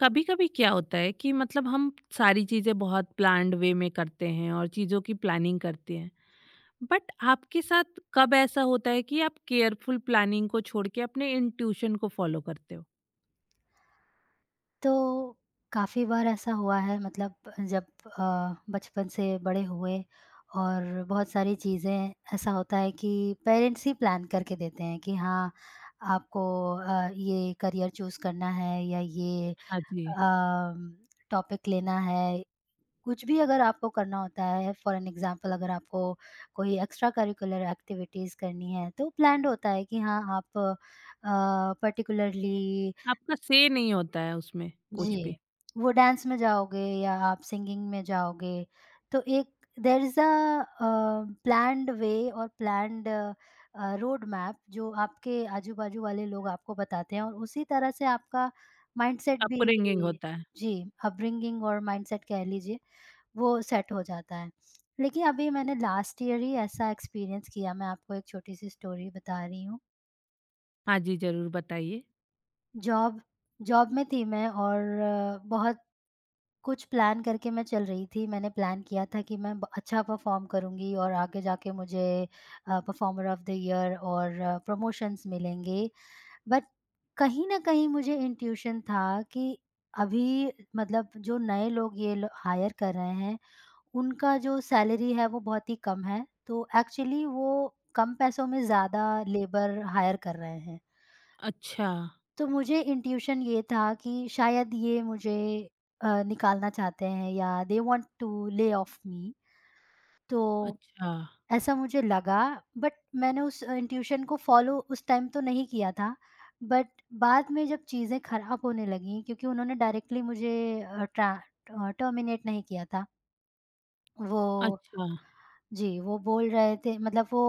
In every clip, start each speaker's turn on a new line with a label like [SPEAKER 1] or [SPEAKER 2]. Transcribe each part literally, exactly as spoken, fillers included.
[SPEAKER 1] कभी कभी क्या होता है कि मतलब हम सारी चीजें बहुत प्लान्ड वे में करते हैं और चीजों की प्लानिंग करते हैं बट आपके साथ कब ऐसा होता है कि आप केयरफुल प्लानिंग को छोड़ के अपने इंट्यूशन को फॉलो करते हो।
[SPEAKER 2] तो काफ़ी बार ऐसा हुआ है, मतलब जब अ, बचपन से बड़े हुए और बहुत सारी चीज़ें ऐसा होता है कि पेरेंट्स ही प्लान करके देते हैं कि हाँ, आपको अ, ये करियर चूज़ करना है या ये
[SPEAKER 1] हाँ जी।
[SPEAKER 2] टॉपिक लेना है। कुछ भी अगर आपको करना होता है, फॉर एन एग्जांपल अगर आपको कोई एक्स्ट्रा करिकुलर एक्टिविटीज़ करनी है तो प्लान्ड होता है कि हाँ, आप पर्टिकुलरली
[SPEAKER 1] आपका से नहीं होता है उसमें कुछ
[SPEAKER 2] जी,
[SPEAKER 1] भी।
[SPEAKER 2] वो डांस में जाओगे या आप सिंगिंग में जाओगे। तो एक there is a uh, planned way और प्लान्ड अ, रोड मैप जो आपके आजू-बाजू वाले लोग आपको बताते हैं और उसी तरह से आपका माइंडसेट भी
[SPEAKER 1] अपरिंगिंग होता है।
[SPEAKER 2] जी, अपब्रिंगिंग और माइंडसेट कह लीजिए, वो सेट हो जाता है। लेकिन अभी मैंने लास्ट ईयर ही ऐसा एक्सपीरियंस किया, मैं आपको एक छोटी-सी स्टोरी बता रही हूँ।
[SPEAKER 1] हाँ जी, जरूर बताइए।
[SPEAKER 2] जॉब जॉब में थी मैं और अ, बहुत कुछ प्लान करके मैं चल रही थी। मैंने प्लान किया था कि मैं ब अच्छा परफ़ॉर्म करूँगी और आगे जाके मुझे uh, performer of the year और प्रमोशंस मिलेंगे। बट कहीं न कहीं मुझे इंट्यूशन था कि अभी, मतलब जो नए लोग ये लो हायर कर रहे हैं, उनका जो सैलरी है वो बहुत ही कम है। तो एक्चुअली वो कम पैसों में ज़्यादा लेबर हायर कर रहे हैं।
[SPEAKER 1] अच्छा।
[SPEAKER 2] तो मुझे इंट्यूशन ये था कि शायद ये मुझे अ, निकालना चाहते हैं या they want to lay off me. तो
[SPEAKER 1] अच्छा।
[SPEAKER 2] ऐसा मुझे लगा, बट मैंने उस इंट्यूशन को फॉलो उस टाइम तो नहीं किया था। बट बाद में जब चीज़ें खराब होने लगीं क्योंकि उन्होंने डायरेक्टली मुझे अ, ट्रा अ, टर्मिनेट नहीं किया था। वो
[SPEAKER 1] अच्छा,
[SPEAKER 2] जी, वो बोल रहे थे, मतलब वो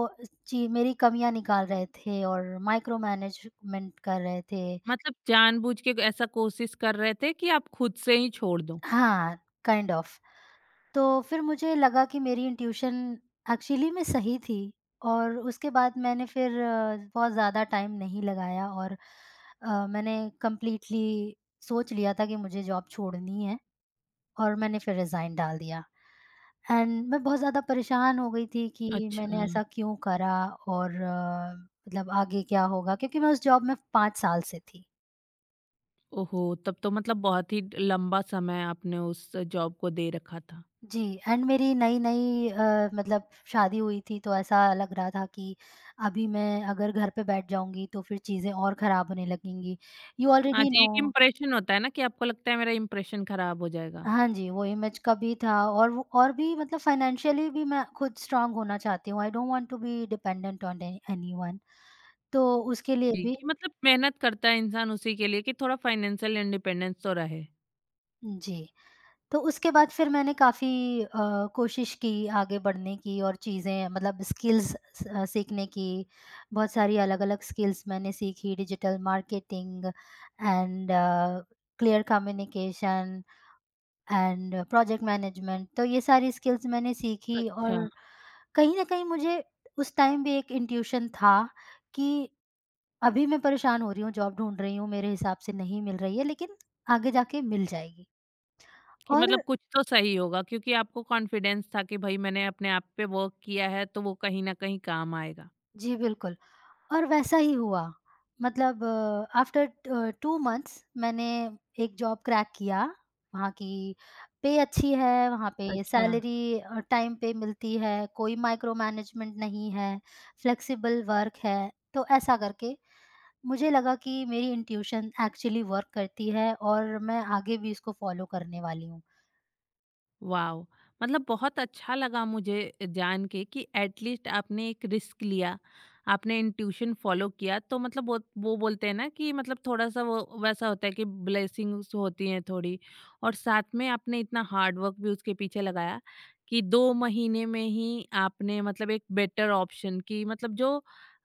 [SPEAKER 2] ची मेरी कमियाँ निकाल रहे थे और माइक्रो मैनेजमेंट कर रहे थे।
[SPEAKER 1] मतलब जानबूझ के ऐसा कोशिश कर रहे थे कि आप खुद से ही छोड़ दो।
[SPEAKER 2] हाँ, काइंड ऑफ। तो फिर मुझे लगा कि मेरी इंट्यूशन एक्चुअली में सही थी और उसके बाद मैंने फिर अ, बहुत ज़्यादा टाइम नहीं लगाया और अ, मैंने कंप्लीटली सोच लिया था कि मुझे जॉब छोड़नी है और मैंने फिर रिज़ाइन डाल दिया। एंड मैं बहुत ज़्यादा परेशान हो गई थी कि
[SPEAKER 1] अच्छा।
[SPEAKER 2] मैंने ऐसा क्यों करा और अ, मतलब आगे क्या होगा? क्योंकि मैं उस जॉब में पाँच साल से थी।
[SPEAKER 1] ओहो! तब तो मतलब बहुत ही लंबा समय आपने उस जॉब को दे रखा था।
[SPEAKER 2] जी एंड मेरी नई-नई, अ, मतलब शादी हुई थी तो ऐसा लग रहा था कि अभी मैं अगर घर पे बैठ जाऊँगी तो फिर चीज़ें और ख़राब होने लगेंगी। यू
[SPEAKER 1] हाँ
[SPEAKER 2] ऑलरेडी
[SPEAKER 1] जी,
[SPEAKER 2] नो।
[SPEAKER 1] एक इम्प्रेशन होता है ना कि आपको लगता है मेरा इम्प्रेशन खराब हो जाएगा।
[SPEAKER 2] हाँ जी, वो इमेज का भी था और वो और भी, मतलब फाइनेंशियली भी मैं खुद स्ट्रॉन्ग होना चाहती हूँ। I don't want to be dependent on a anyone, तो उसके लिए
[SPEAKER 1] जी,
[SPEAKER 2] भी
[SPEAKER 1] कि मतलब मेहनत करता है इंसान उसी के लिए कि थोड़ा फाइनेंशियल इंडिपेंडेंस तो रहे।
[SPEAKER 2] जी। तो उसके बाद फिर मैंने काफ़ी अ, कोशिश की आगे बढ़ने की और चीज़ें, मतलब स्किल्स अ, सीखने की। बहुत सारी अलग-अलग स्किल्स मैंने सीखी digital marketing and clear communication and project management. तो ये सारी स्किल्स मैंने सीखी।
[SPEAKER 1] अच्छा,
[SPEAKER 2] और कहीं न कहीं मुझे उस टाइम भी एक इंट्यूशन था कि अभी मैं परेशान हो रही हूँ, जॉब ढूँढ रही हूँ, मेरे हिसाब से नहीं मिल रही है लेकिन आगे जाके मिल जाएगी।
[SPEAKER 1] कि
[SPEAKER 2] और
[SPEAKER 1] मतलब कुछ तो सही होगा क्योंकि आपको कॉन्फिडेंस था कि भई मैंने अपने आप पे वर्क किया है तो वो कहीं न कहीं काम आएगा।
[SPEAKER 2] जी, बिल्कुल। और वैसा ही हुआ। मतलब आफ्टर अ, टू मंथ्स मैंने एक जॉब क्रैक किया। वहाँ की पे अच्छी है, वहाँ पे
[SPEAKER 1] अच्छा।
[SPEAKER 2] सैलरी अ, टाइम पे मिलती है, कोई माइक्रो मैनेजमेंट नहीं है, फ्लेक्सिबल वर्क है। तो ऐसा करके मुझे लगा कि मेरी इंट्यूशन एक्चुअली वर्क करती है और मैं आगे भी इसको फॉलो करने वाली हूँ।
[SPEAKER 1] वाओ! मतलब बहुत अच्छा लगा मुझे जान के कि एटलीस्ट आपने एक रिस्क लिया, आपने इंट्यूशन फॉलो किया। तो मतलब वो वो बोलते हैं ना कि मतलब थोड़ा-सा वो वैसा होता है कि ब्लेसिंग्स होती हैं थोड़ी और साथ में आपने इतना हार्ड वर्क भी उसके पीछे लगाया कि दो महीने में ही आपने मतलब एक बेटर ऑप्शन की मतलब जो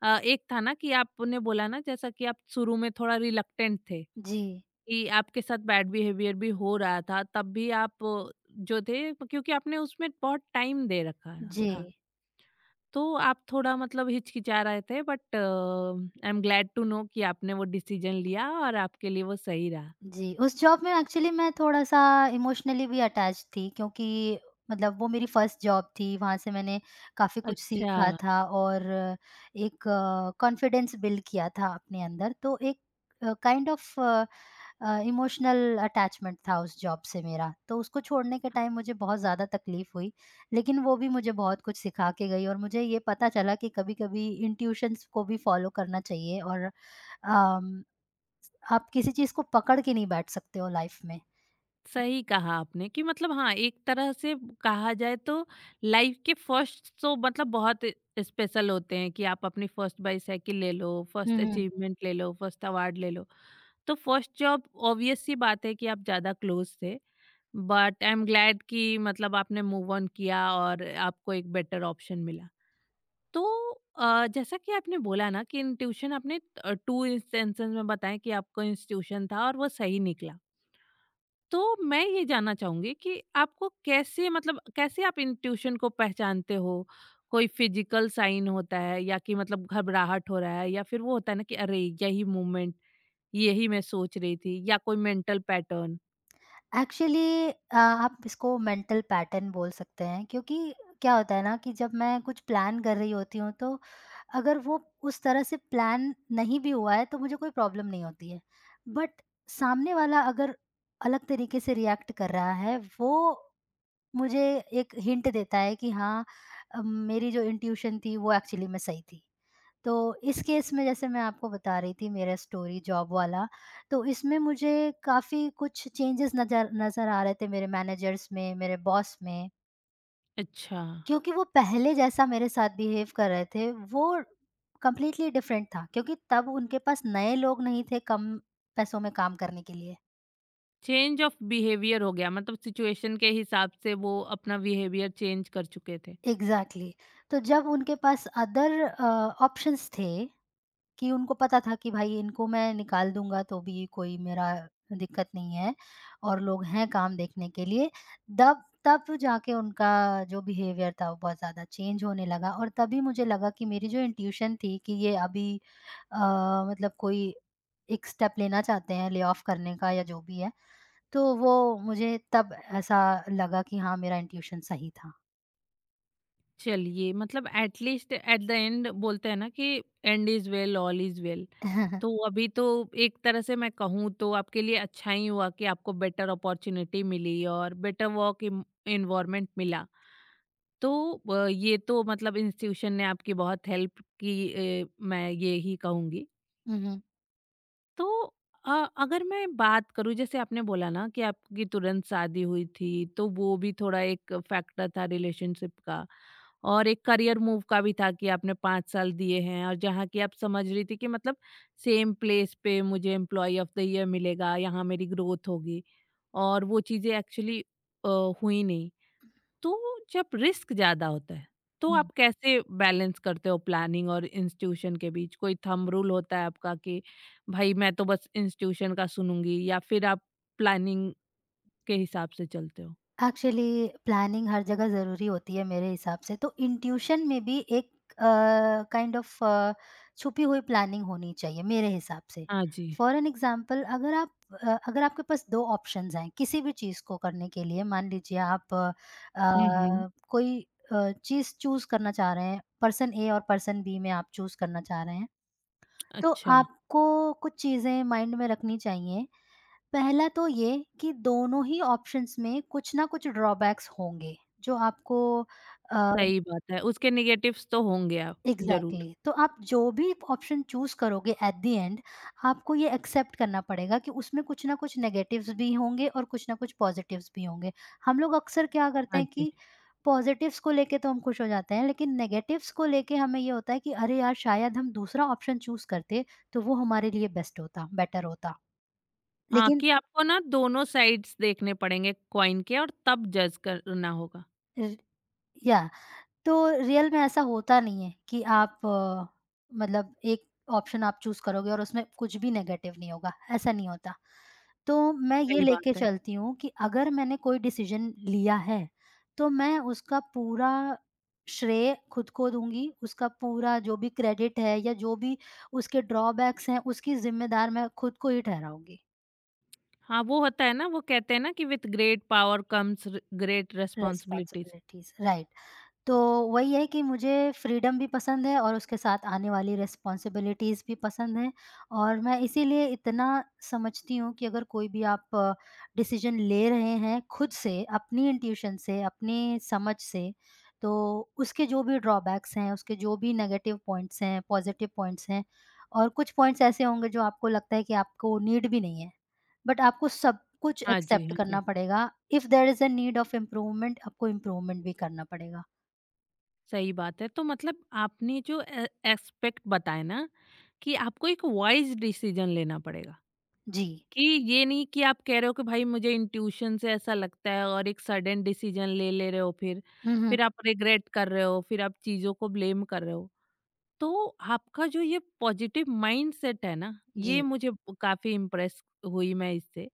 [SPEAKER 1] अ, एक था ना कि आपने बोला ना जैसा कि आप शुरू में थोड़ा रिलक्टेंट थे।
[SPEAKER 2] जी,
[SPEAKER 1] कि आपके साथ बैड बिहेवियर भी हो रहा था तब भी आप अ, जो थे क्योंकि आपने उसमें बहुत टाइम दे रखा
[SPEAKER 2] जी।
[SPEAKER 1] था तो आप थोड़ा मतलब हिचकिचा रहे थे but I am glad to know कि आपने वो डिसीजन लिया और आपके लिए वो सही रहा।
[SPEAKER 2] जी, उस जॉब में एक्चुअली मैं थोड़ा-सा इमोशनली भी अटैच थी क्योंकि मतलब वो मेरी फर्स्ट जॉब थी, वहाँ से मैंने काफ़ी कुछ
[SPEAKER 1] अच्छा।
[SPEAKER 2] सीखा था और एक कॉन्फिडेंस बिल्ड किया था अपने अंदर। तो एक uh, kind of uh, emotional attachment था उस जॉब से मेरा, तो उसको छोड़ने के टाइम मुझे बहुत ज़्यादा तकलीफ़ हुई, लेकिन वो भी मुझे बहुत कुछ सिखा के गई और मुझे ये पता चला कि कभी-कभी इंट्यूशंस को भी फ़ॉलो करना चाहिए और अम आप किसी चीज़ को पकड़ के नहीं बैठ सकते हो लाइफ में।
[SPEAKER 1] सही कहा आपने कि मतलब हाँ एक तरह से कहा जाए तो लाइफ के फर्स्ट तो मतलब बहुत स्पेशल होते हैं कि आप अपनी फर्स्ट बाईसाइकिल ले लो,
[SPEAKER 2] हुँ,
[SPEAKER 1] फर्स्ट
[SPEAKER 2] हुँ।
[SPEAKER 1] अचीवमेंट ले लो, फर्स्ट अवार्ड ले लो, तो फर्स्ट जॉब ऑब्वियस सी बात है कि आप ज़्यादा क्लोज थे बट आई एम ग्लैड कि मतलब आपने मूव ऑन किया और आपको एक बेटर ऑप्शन मिला। तो अ, जैसा कि आपने बोला ना कि ट्यूशन आपने टू इंस्टेंसेस में बताया कि आपको इंस्टीट्यूशन था और वो सही निकला, तो मैं ये जानना चाहूंगी कि आपको कैसे मतलब कैसे आप इन ट्यूशन को पहचानते हो। कोई फिजिकल साइन होता है या कि मतलब घबराहट हो रहा है या फिर वो होता है ना कि अरे यही मूवमेंट यही मैं सोच रही थी, या कोई मेंटल पैटर्न।
[SPEAKER 2] एक्चुअली अ, आप इसको मेंटल पैटर्न बोल सकते हैं क्योंकि क्या होता है ना कि जब मैं कुछ प्लान कर रही होती हूँ तो अगर वो उस तरह से प्लान नहीं भी हुआ है तो मुझे कोई प्रॉब्लम नहीं होती है। बट सामने वाला अगर अलग तरीके से रिएक्ट कर रहा है, वो मुझे एक हिंट देता है कि हाँ, अ, मेरी जो इंट्यूशन थी वो एक्चुअली में सही थी। तो इस केस में जैसे मैं आपको बता रही थी मेरा स्टोरी जॉब वाला, तो इसमें मुझे काफ़ी कुछ चेंजेस नज़र नज़र आ रहे थे मेरे मैनेजर्स में, मेरे बॉस में,
[SPEAKER 1] अच्छा,
[SPEAKER 2] क्योंकि वो पहले जैसा मेरे साथ बिहेव कर रहे थे, वो कंप्लीटली डिफरेंट था क्योंकि तब उनके पास नए लोग नहीं थे कम पैसों में काम करने के लिए।
[SPEAKER 1] चेंज ऑफ बिहेवियर हो गया मतलब सिचुएशन के हिसाब से वो अपना बिहेवियर चेंज कर चुके थे।
[SPEAKER 2] एग्ज़ैक्टली, तो जब उनके पास अदर अ, ऑप्शंस थे कि उनको पता था कि भाई इनको मैं निकाल दूँगा तो भी कोई मेरा दिक्कत नहीं है और लोग हैं काम देखने के लिए। दब तब जाके उनका जो बिहेवियर था वो बहुत ज़्यादा चेंज होने लगा और तभी मुझे लगा कि मेरी जो इंट्यूशन थी कि ये अभी अ, मतलब कोई एक स्टेप लेना चाहते हैं ले ऑफ करने का या जो भी है, तो वो मुझे तब ऐसा लगा कि हाँ, मेरा इंट्यूशन सही था।
[SPEAKER 1] चलिए मतलब at least at the end बोलते हैं ना कि end is well all is well. तो अभी तो एक तरह से मैं कहूँ तो आपके लिए अच्छा ही हुआ कि आपको बेटर अपॉर्च्युनिटी मिली और बेटर वर्क इम एनवायरनमेंट मिला। तो अ, ये तो मतलब इंस्टीट्यूशन ने आपकी बहुत हेल्प की ए, मैं ये ही कहूँगी।
[SPEAKER 2] हुँ, हुँ।
[SPEAKER 1] तो अ, अगर मैं बात करूँ जैसे आपने बोला ना कि आपकी तुरंत शादी हुई थी, तो वो भी थोड़ा एक फैक्टर था रिलेशनशिप का और एक करियर मूव का भी था कि आपने पाँच साल दिए हैं और जहाँ की आप समझ रही थी कि मतलब सेम प्लेस पे मुझे एम्प्लॉय ऑफ द ईयर मिलेगा, यहाँ मेरी ग्रोथ होगी, और वो चीज़ें एक्चुअली हुई नहीं। तो जब रिस्क ज़्यादा होता है तो आप कैसे बैलेंस करते हो प्लानिंग और इंस्टीट्यूशन के बीच? कोई थंब रूल होता है आपका कि भाई मैं तो बस इंस्टीट्यूशन का सुनूँगी, या फिर आप प्लानिंग के हिसाब से चलते हो?
[SPEAKER 2] एक्चुअली प्लानिंग हर जगह ज़रूरी होती है मेरे हिसाब से, तो इंट्यूशन में भी एक अ, काइंड ऑफ अ, छुपी हुई प्लानिंग होनी चाहिए मेरे हिसाब से।
[SPEAKER 1] हाँ जी।
[SPEAKER 2] फॉर एन एग्ज़ाम्पल अगर आप अ, अगर आपके पास दो ऑप्शंस हैं किसी भी चीज़ को करने के लिए, मान लीजिए आप अ,
[SPEAKER 1] हुँ, हुँ।
[SPEAKER 2] अ, कोई अ, चीज़ चूज़ करना चाह रहे हैं, पर्सन ए और पर्सन बी में आप चूज़ करना चाह रहे हैं, तो
[SPEAKER 1] अच्छा,
[SPEAKER 2] आपको कुछ चीज़ें माइंड में रखनी चाहिए। पहला तो ये कि दोनों ही ऑप्शंस में कुछ ना कुछ ड्रॉबैक्स होंगे जो आपको अ,
[SPEAKER 1] सही बात है। उसके नेगेटिव्स तो होंगे आप
[SPEAKER 2] एग्जैक्टली
[SPEAKER 1] ज़रूर।
[SPEAKER 2] exactly, तो आप जो भी ऑप्शन चूज करोगे एट द एंड आपको ये एक्सेप्ट करना पड़ेगा कि उसमें कुछ ना कुछ नेगेटिव्स भी होंगे और कुछ ना कुछ पॉजिटिव्स भी होंगे। हम लोग अक्सर क्या करते
[SPEAKER 1] हाँ
[SPEAKER 2] हैं
[SPEAKER 1] जी।
[SPEAKER 2] कि पॉजिटिव्स को लेके तो हम खुश हो जाते हैं लेकिन नेगेटिव्स को लेके हमें ये होता है कि अरे यार, शायद हम दूसरा ऑप्शन चूज करते तो वो हमारे लिए बेस्ट होता, बेटर होता।
[SPEAKER 1] हाँ,
[SPEAKER 2] लेकिन
[SPEAKER 1] कि आपको ना दोनों साइड्स देखने पड़ेंगे कॉइन के और तब जज करना होगा।
[SPEAKER 2] र- या तो रियल में ऐसा होता नहीं है कि आप अ, मतलब एक ऑप्शन आप चूज़ करोगे और उसमें कुछ भी नेगेटिव नहीं होगा, ऐसा नहीं होता। तो मैं ये
[SPEAKER 1] सही
[SPEAKER 2] लेके
[SPEAKER 1] बात है।
[SPEAKER 2] चलती हूँ कि अगर मैंने कोई डिसीज़न लिया है, तो मैं उसका पूरा श्रेय खुद को दूँगी, उसका पूरा जो भी क्रेडिट है या जो भी उसके ड्रॉबैक्स हैं, उसकी ज़िम्मेदार मैं खुद को ही ठहराऊँगी।
[SPEAKER 1] हाँ, वो होता है ना, वो कहते हैं ना कि विथ ग्रेट पावर कम्स र ग्रेट रिस्पॉन्सिबिलिटीज़।
[SPEAKER 2] Responsibilities, right. तो वही है कि मुझे फ्रीडम भी पसंद है और उसके साथ आने वाली रिस्पॉन्सिबिलिटीज़ भी पसंद हैं और मैं इसीलिए इतना समझती हूँ कि अगर कोई भी आप डिसीजन ले रहे हैं खुद से, अपनी इंट्यूशन से, अपनी समझ से, तो उसके जो भी ड्रॉबैक्स हैं, उसके जो भी नेगेटिव पॉइंट्स हैं, पॉज़िटिव पॉइंट्स हैं और कुछ पॉइंट्स ऐसे होंगे जो आपको लगता है कि आपको नीड भी नहीं है। बट आपको सब कुछ
[SPEAKER 1] हाँ जी,
[SPEAKER 2] एक्सेप्ट
[SPEAKER 1] हाँ
[SPEAKER 2] करना
[SPEAKER 1] जी,
[SPEAKER 2] पड़ेगा। If there is a need of improvement, आपको इम्प्रूवमेंट भी करना पड़ेगा।
[SPEAKER 1] सही बात है। तो मतलब आपने जो ए एस्पेक्ट बताए ना कि आपको एक वाइज़ डिसीज़न लेना पड़ेगा,
[SPEAKER 2] जी।
[SPEAKER 1] कि ये नहीं कि आप कह रहे हो कि भाई मुझे इंट्यूशन से ऐसा लगता है और एक सडन डिसीज़न ले ले रहे हो, फिर,
[SPEAKER 2] हुँ, हुँ।
[SPEAKER 1] फिर आप रिग्रेट कर रहे हो, फिर आप चीज़ों को ब्लेम कर रहे हो। तो आपका जो ये पॉजिटिव माइंडसेट है ना,
[SPEAKER 2] जी,
[SPEAKER 1] ये मुझे काफ़ी इम्प्रेस हुई मैं इससे।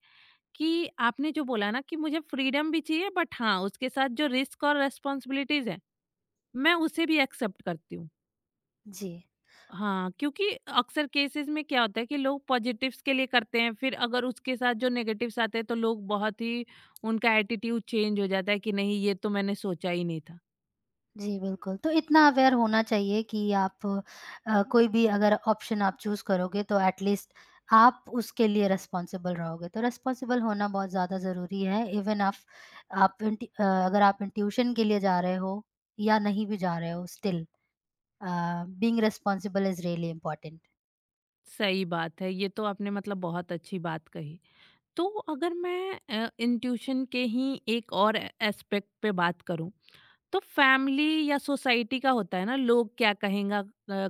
[SPEAKER 1] कि आपने जो बोला ना कि मुझे फ्रीडम भी चाहिए बट हाँ, उसके साथ जो रिस्क और रिस्पॉन्सिबिलिटीज़ हैं, मैं उसे भी एक्सेप्ट करती हूँ।
[SPEAKER 2] जी।
[SPEAKER 1] हाँ, क्योंकि अक्सर केसेज़ में क्या होता है कि लोग पॉजिटिव्स के लिए करते हैं, फिर अगर उसके साथ जो नेगेटिव्स आते हैं तो लोग बहुत ही उनका एटीट्यूड चेंज हो जाता है कि नहीं ये तो मैंने सोचा ही नहीं था।
[SPEAKER 2] जी, बिल्कुल। तो इतना अवेयर होना चाहिए कि आप अ, कोई भी अगर ऑप्शन आप चूज़ करोगे तो एट लीस्ट आप उसके लिए रिस्पॉन्सिबल रहोगे। तो रिस्पॉन्सिबल होना बहुत ज़्यादा ज़रूरी है। इवन आप आप इंट अ, अगर आप इन ट्यूशन के लिए जा रहे हो या नहीं भी जा रहे हो, still uh, being responsible is really important.
[SPEAKER 1] सही बात है, ये तो आपने मतलब बहुत अच्छी बात कही। तो अगर मैं अ, इंट्यूशन के ही एक और एस्पेक्ट पे बात करूँ तो फैमिली या सोसाइटी का होता है ना लोग क्या कहेंगा अ,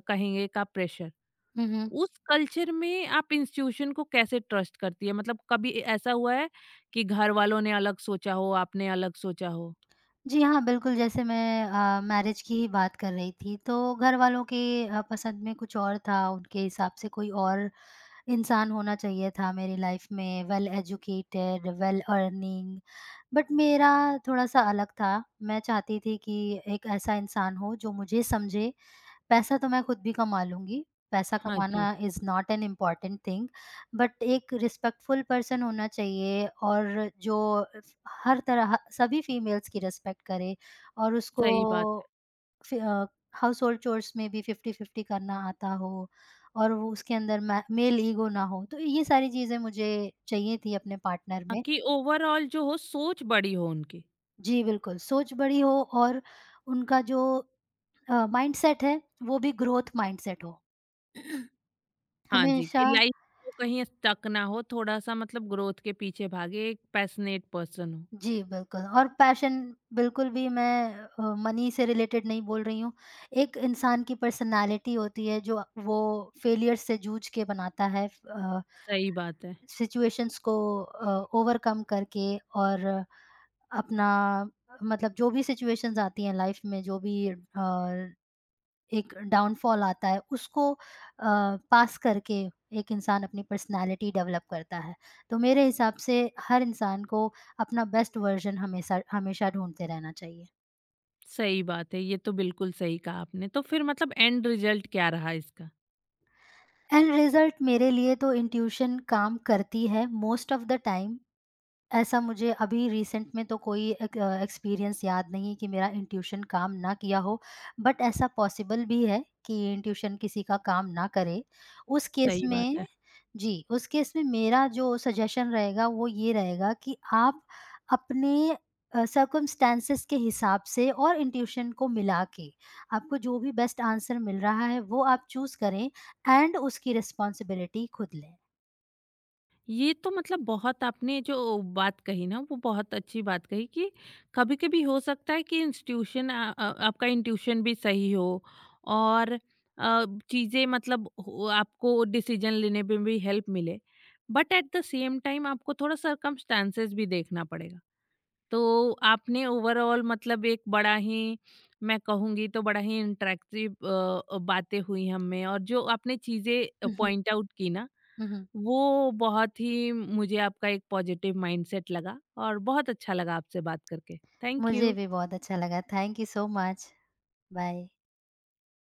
[SPEAKER 1] कहेंगे का प्रेशर।
[SPEAKER 2] हुँ, हुँ।
[SPEAKER 1] उस कल्चर में आप इंस्टीट्यूशन को कैसे ट्रस्ट करती है, मतलब कभी ऐसा हुआ है कि घर वालों ने अलग सोचा हो आपने अलग सोचा हो?
[SPEAKER 2] जी हाँ, बिल्कुल। जैसे मैं अ, मैरिज की ही बात कर रही थी, तो घरवालों के अ, पसंद में कुछ और था, उनके हिसाब से कोई और इंसान होना चाहिए था मेरी लाइफ में well educated, well earning. But मेरा थोड़ा-सा अलग था। मैं चाहती थी कि एक ऐसा इंसान हो जो मुझे समझे, पैसा तो मैं खुद भी कमा लूँगी, पैसा
[SPEAKER 1] हाँ जी।
[SPEAKER 2] कमाना is not an important thing, but एक रिस्पेक्टफुल पर्सन होना चाहिए और जो हर तरह सभी फीमेल्स की रिस्पेक्ट करे और उसको
[SPEAKER 1] सही बात है।
[SPEAKER 2] फि अ, हाउसहोल्ड चोर्स में भी फ़िफ़्टी फ़िफ़्टी करना आता हो और वो उसके अंदर मै मेल ईगो ना हो, तो ये सारी चीज़ें मुझे चाहिए थी अपने पार्टनर
[SPEAKER 1] हाँ,
[SPEAKER 2] में।
[SPEAKER 1] कि ओवरऑल जो हो सोच बड़ी हो उनकी।
[SPEAKER 2] जी, बिल्कुल, सोच बड़ी हो और उनका जो अ, माइंडसेट है, वो भी ग्रोथ माइंडसेट हो।
[SPEAKER 1] हाँ जी, कि
[SPEAKER 2] हमेशा
[SPEAKER 1] लाइफ को कहीं स्टक ना हो थोड़ा सा, मतलब ग्रोथ के पीछे भागे, एक पैशनेट पर्सन हो।
[SPEAKER 2] जी, बिल्कुल। और पैशन बिल्कुल भी मैं अ, मनी से रिलेटेड नहीं बोल रही हूँ। एक इंसान की पर्सनैलिटी होती है जो वो फेलियर से जूझ के बनाता है, अ
[SPEAKER 1] सही बात है।
[SPEAKER 2] सिचुएशंस को अ, ओवरकम करके और अपना, मतलब जो भी सिचुएशंस आती हैं लाइफ में, जो भी अ, एक डाउनफॉल आता है उसको पास करके एक इंसान अपनी पर्सनालिटी डेवलप करता है। तो मेरे हिसाब से हर इंसान को अपना बेस्ट वर्जन हमेशा हमेशा ढूंढते रहना चाहिए।
[SPEAKER 1] सही बात है, ये तो बिल्कुल सही कहा आपने। तो फिर मतलब एंड रिजल्ट क्या रहा इसका?
[SPEAKER 2] एंड रिजल्ट मेरे लिए तो इंट्यूशन काम करती है मोस्ट ऑफ द टाइम। ऐसा मुझे अभी रिसेंट में तो कोई एक अ, एक्सपीरियंस याद नहीं है कि मेरा इंट्यूशन काम ना किया हो, बट ऐसा पॉसिबल भी है कि इंट्यूशन किसी का काम ना करे। उस केस
[SPEAKER 1] सही बात
[SPEAKER 2] में
[SPEAKER 1] है।
[SPEAKER 2] जी, उस केस में मेरा जो सजेशन रहेगा वो ये रहेगा कि आप अपने अ, सर्कमस्टेंसेस के हिसाब से और इंट्यूशन को मिला के, आपको जो भी बेस्ट आंसर मिल रहा है वो आप चूज़ करें एंड उसकी रिस्पॉन्सिबिलिटी खुद लें।
[SPEAKER 1] ये तो मतलब बहुत आपने जो बात कही ना वो बहुत अच्छी बात कही कि कभी-कभी हो सकता है कि इंस्टीट्यूशन अ अ, आपका इंट्यूशन भी सही हो और अ, चीज़ें मतलब हो, आपको डिसीजन लेने में भी हेल्प मिले। But at the same time आपको थोड़ा सर्कमस्टेंसेस भी देखना पड़ेगा। तो आपने ओवरऑल मतलब एक बड़ा ही, मैं कहूँगी तो बड़ा ही इंटरेक्टिव बातें हुई हम में, और जो आपने चीज़ें
[SPEAKER 2] हुँ, हुँ।
[SPEAKER 1] पॉइंट आउट की ना,
[SPEAKER 2] हुँ, हुँ।
[SPEAKER 1] वो बहुत ही मुझे आपका एक पॉजिटिव माइंडसेट लगा और बहुत अच्छा लगा आपसे बात करके। थैंक
[SPEAKER 2] मुझे
[SPEAKER 1] यू।
[SPEAKER 2] भी बहुत अच्छा लगा। Thank you so much. Bye.